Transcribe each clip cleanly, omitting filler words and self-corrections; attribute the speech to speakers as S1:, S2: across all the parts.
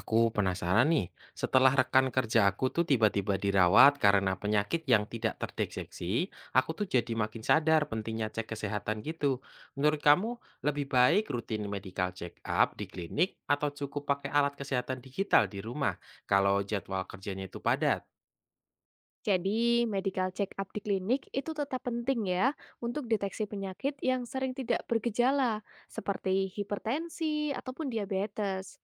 S1: Aku penasaran nih, setelah rekan kerja aku tuh tiba-tiba dirawat karena penyakit yang tidak terdeteksi, aku tuh jadi makin sadar pentingnya cek kesehatan gitu. Menurut kamu, lebih baik rutin medical check up di klinik atau cukup pakai alat kesehatan digital di rumah kalau jadwal kerjanya itu padat?
S2: Jadi, medical check-up di klinik itu tetap penting ya untuk deteksi penyakit yang sering tidak bergejala, seperti hipertensi ataupun diabetes.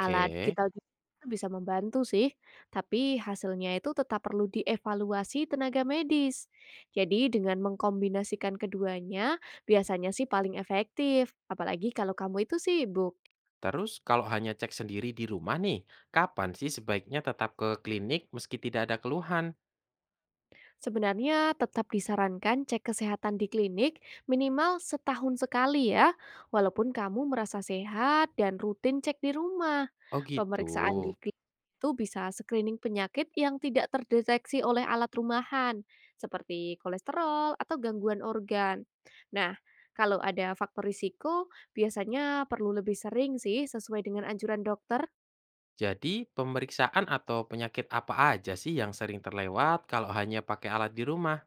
S2: Alat digital juga bisa membantu sih, tapi hasilnya itu tetap perlu dievaluasi tenaga medis. Jadi, dengan mengkombinasikan keduanya, biasanya sih paling efektif, apalagi kalau kamu itu sibuk.
S1: Terus kalau hanya cek sendiri di rumah nih, kapan sih sebaiknya tetap ke klinik meski tidak ada keluhan?
S2: Sebenarnya tetap disarankan cek kesehatan di klinik minimal setahun sekali ya, walaupun kamu merasa sehat dan rutin cek di rumah.
S1: Oh gitu.
S2: Pemeriksaan di klinik itu bisa screening penyakit yang tidak terdeteksi oleh alat rumahan, seperti kolesterol atau gangguan organ. Nah, kalau ada faktor risiko, biasanya perlu lebih sering sih sesuai dengan anjuran dokter.
S1: Jadi, pemeriksaan atau penyakit apa aja sih yang sering terlewat kalau hanya pakai alat di rumah?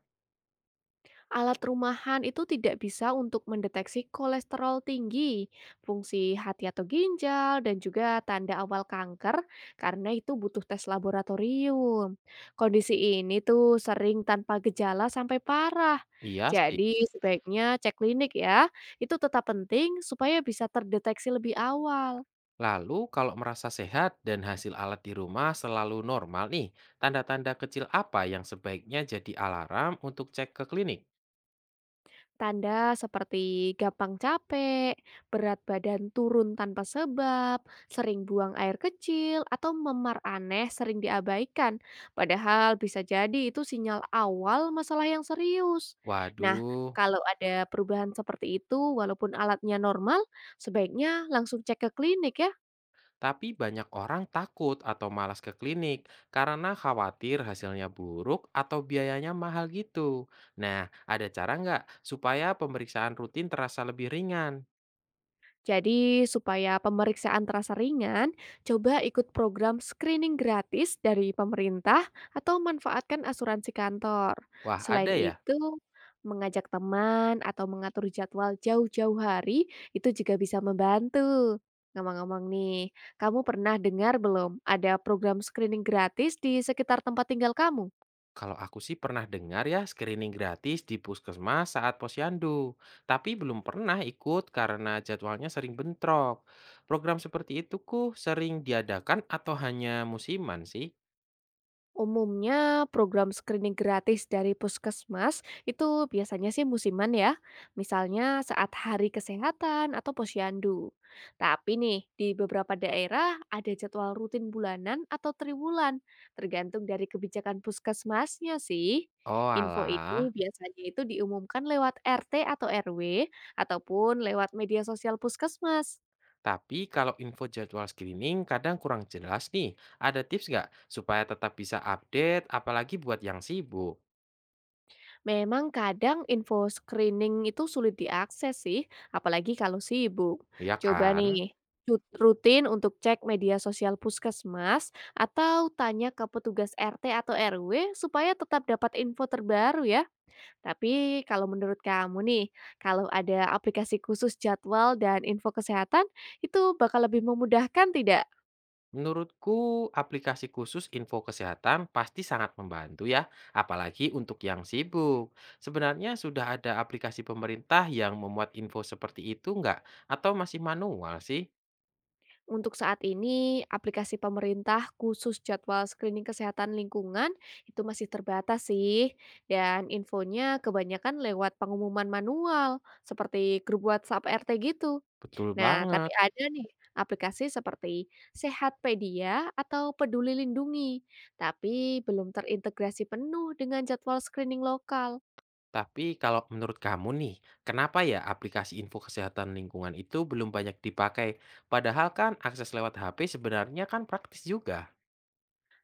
S2: Alat rumahan itu tidak bisa untuk mendeteksi kolesterol tinggi, fungsi hati atau ginjal, dan juga tanda awal kanker karena itu butuh tes laboratorium. Kondisi ini tuh sering tanpa gejala sampai parah.
S1: Iya sih.
S2: Jadi sebaiknya cek klinik ya, itu tetap penting supaya bisa terdeteksi lebih awal.
S1: Lalu, kalau merasa sehat dan hasil alat di rumah selalu normal nih, tanda-tanda kecil apa yang sebaiknya jadi alarm untuk cek ke klinik?
S2: Tanda seperti gampang capek, berat badan turun tanpa sebab, sering buang air kecil, atau memar aneh sering diabaikan. Padahal bisa jadi itu sinyal awal masalah yang serius. Nah,
S1: Waduh,
S2: kalau ada perubahan seperti itu, walaupun alatnya normal, sebaiknya langsung cek ke klinik ya.
S1: tapi banyak orang takut atau malas ke klinik karena khawatir hasilnya buruk atau biayanya mahal gitu. Nah, ada cara nggak supaya pemeriksaan rutin terasa lebih ringan?
S2: Jadi, supaya pemeriksaan terasa ringan, coba ikut program screening gratis dari pemerintah atau manfaatkan asuransi kantor.
S1: Wah,
S2: Selain
S1: ada ya.
S2: itu, mengajak teman atau mengatur jadwal jauh-jauh hari itu juga bisa membantu. Ngomong-ngomong nih, kamu pernah dengar belum ada program screening gratis di sekitar tempat tinggal kamu?
S1: Kalau aku sih pernah dengar ya screening gratis di puskesmas saat posyandu, tapi belum pernah ikut karena jadwalnya sering bentrok. Program seperti itu ku sering diadakan atau hanya musiman sih?
S2: Umumnya program screening gratis dari puskesmas itu biasanya sih musiman ya, misalnya saat hari kesehatan atau posyandu. Tapi nih, di beberapa daerah ada jadwal rutin bulanan atau triwulan, tergantung dari kebijakan puskesmasnya sih.
S1: Oh
S2: Info ini
S1: alah,
S2: biasanya itu diumumkan lewat RT atau RW ataupun lewat media sosial puskesmas.
S1: tapi kalau info jadwal screening kadang kurang jelas nih. Ada tips nggak supaya tetap bisa update apalagi buat yang sibuk?
S2: Memang kadang info screening itu sulit diakses sih, apalagi kalau sibuk.
S1: Ya
S2: Coba
S1: kan?
S2: nih, rutin untuk cek media sosial puskesmas atau tanya ke petugas RT atau RW supaya tetap dapat info terbaru ya. Tapi kalau menurut kamu nih, kalau ada aplikasi khusus jadwal dan info kesehatan, itu bakal lebih memudahkan tidak?
S1: Menurutku, aplikasi khusus info kesehatan pasti sangat membantu ya, apalagi untuk yang sibuk. Sebenarnya sudah ada aplikasi pemerintah yang memuat info seperti itu nggak? Atau masih manual sih?
S2: Untuk saat ini, aplikasi pemerintah khusus jadwal screening kesehatan lingkungan itu masih terbatas sih, dan infonya kebanyakan lewat pengumuman manual, seperti grup WhatsApp RT gitu.
S1: Betul
S2: Nah, tapi
S1: banget.
S2: ada nih aplikasi seperti Sehatpedia atau Peduli Lindungi, tapi belum terintegrasi penuh dengan jadwal screening lokal.
S1: Tapi kalau menurut kamu nih, kenapa ya aplikasi info kesehatan lingkungan itu belum banyak dipakai? Padahal kan akses lewat HP sebenarnya kan praktis juga.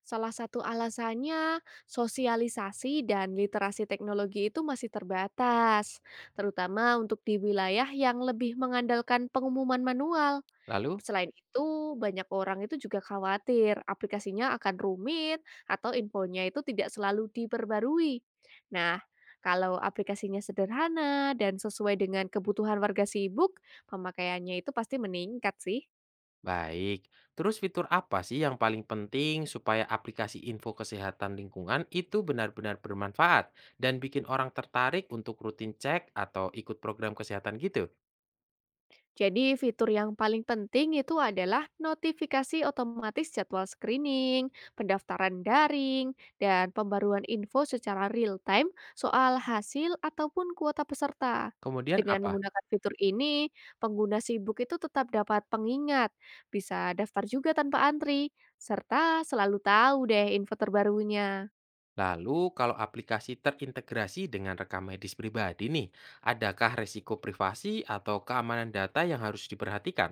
S2: Salah satu alasannya, sosialisasi dan literasi teknologi itu masih terbatas, terutama untuk di wilayah yang lebih mengandalkan pengumuman manual.
S1: Lalu?
S2: Selain itu, banyak orang itu juga khawatir aplikasinya akan rumit atau infonya itu tidak selalu diperbarui. Nah, kalau aplikasinya sederhana dan sesuai dengan kebutuhan warga sibuk, pemakaiannya itu pasti meningkat sih.
S1: Baik, terus fitur apa sih yang paling penting supaya aplikasi info kesehatan lingkungan itu benar-benar bermanfaat dan bikin orang tertarik untuk rutin cek atau ikut program kesehatan gitu?
S2: Jadi fitur yang paling penting itu adalah notifikasi otomatis jadwal screening, pendaftaran daring, dan pembaruan info secara real time soal hasil ataupun kuota peserta.
S1: Kemudian
S2: Dengan
S1: apa?
S2: menggunakan fitur ini, pengguna sibuk itu tetap dapat pengingat, bisa daftar juga tanpa antri, serta selalu tahu deh info terbarunya.
S1: Lalu kalau aplikasi terintegrasi dengan rekam medis pribadi nih, adakah resiko privasi atau keamanan data yang harus diperhatikan?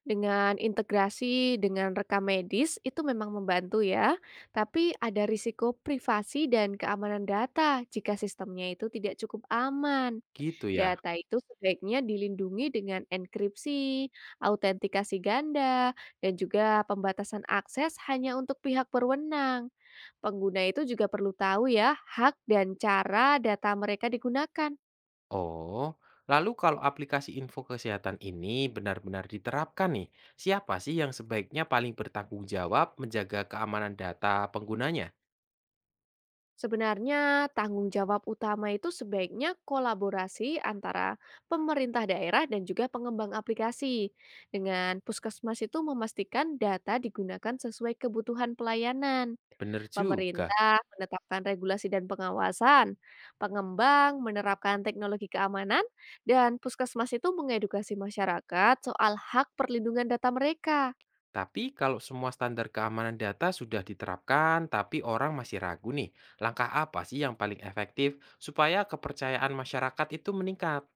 S2: Dengan integrasi dengan rekam medis itu memang membantu ya, tapi ada risiko privasi dan keamanan data jika sistemnya itu tidak cukup aman.
S1: Gitu ya.
S2: Data itu sebaiknya dilindungi dengan enkripsi, autentikasi ganda, dan juga pembatasan akses hanya untuk pihak berwenang. Pengguna itu juga perlu tahu ya hak dan cara data mereka digunakan.
S1: Oh, lalu kalau aplikasi info kesehatan ini benar-benar diterapkan nih, siapa sih yang sebaiknya paling bertanggung jawab menjaga keamanan data penggunanya?
S2: Sebenarnya, tanggung jawab utama itu sebaiknya kolaborasi antara pemerintah daerah dan juga pengembang aplikasi. Dengan puskesmas itu memastikan data digunakan sesuai kebutuhan pelayanan.
S1: Bener juga.
S2: Pemerintah menetapkan regulasi dan pengawasan, pengembang menerapkan teknologi keamanan, dan puskesmas itu mengedukasi masyarakat soal hak perlindungan data mereka.
S1: Tapi kalau semua standar keamanan data sudah diterapkan, tapi orang masih ragu nih, langkah apa sih yang paling efektif supaya kepercayaan masyarakat itu meningkat?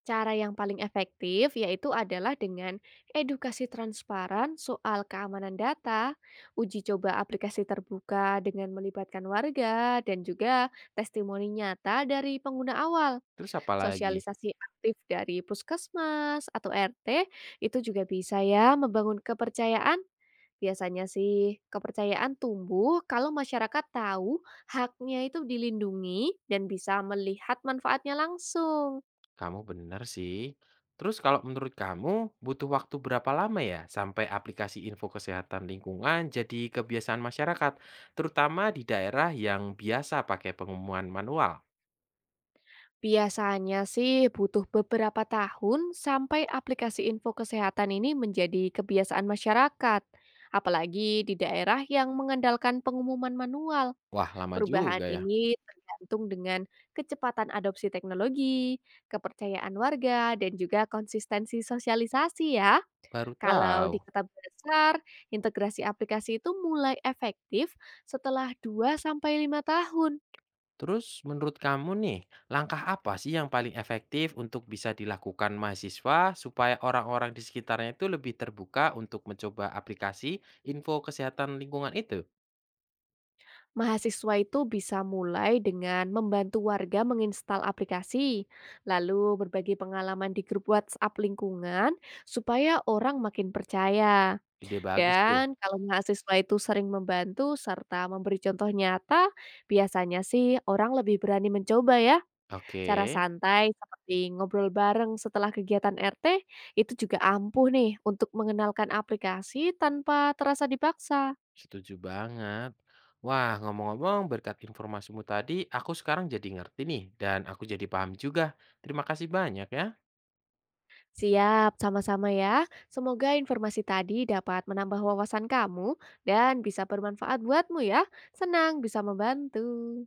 S2: Cara yang paling efektif yaitu adalah dengan edukasi transparan soal keamanan data, uji coba aplikasi terbuka dengan melibatkan warga, dan juga testimoni nyata dari pengguna awal.
S1: Terus apa lagi?
S2: Sosialisasi aktif dari puskesmas atau RT, itu juga bisa ya membangun kepercayaan. Biasanya sih kepercayaan tumbuh kalau masyarakat tahu haknya itu dilindungi dan bisa melihat manfaatnya langsung.
S1: Kamu benar sih. Terus kalau menurut kamu butuh waktu berapa lama ya sampai aplikasi info kesehatan lingkungan jadi kebiasaan masyarakat, terutama di daerah yang biasa pakai pengumuman manual?
S2: Biasanya sih butuh beberapa tahun sampai aplikasi info kesehatan ini menjadi kebiasaan masyarakat. Apalagi di daerah yang mengandalkan pengumuman manual.
S1: Wah, lama
S2: Perubahan
S1: juga ya.
S2: ini tergantung dengan kecepatan adopsi teknologi, kepercayaan warga, dan juga konsistensi sosialisasi ya.
S1: Baru
S2: Kalau di
S1: tahu.
S2: kota besar, integrasi aplikasi itu mulai efektif setelah 2 sampai 5 tahun.
S1: Terus menurut kamu nih, langkah apa sih yang paling efektif untuk bisa dilakukan mahasiswa supaya orang-orang di sekitarnya itu lebih terbuka untuk mencoba aplikasi info kesehatan lingkungan itu?
S2: Mahasiswa itu bisa mulai dengan membantu warga menginstal aplikasi, lalu berbagi pengalaman di grup WhatsApp lingkungan supaya orang makin percaya.
S1: Ide bagus tuh.
S2: Dan kalau mahasiswa itu sering membantu serta memberi contoh nyata, biasanya sih orang lebih berani mencoba ya.
S1: Oke.
S2: Cara santai seperti ngobrol bareng setelah kegiatan RT itu juga ampuh nih untuk mengenalkan aplikasi tanpa terasa dipaksa.
S1: Setuju banget. Wah, ngomong-ngomong berkat informasimu tadi, aku sekarang jadi ngerti nih dan aku jadi paham juga. Terima kasih banyak ya.
S2: Siap, sama-sama ya. Semoga informasi tadi dapat menambah wawasan kamu dan bisa bermanfaat buatmu ya. Senang bisa membantu.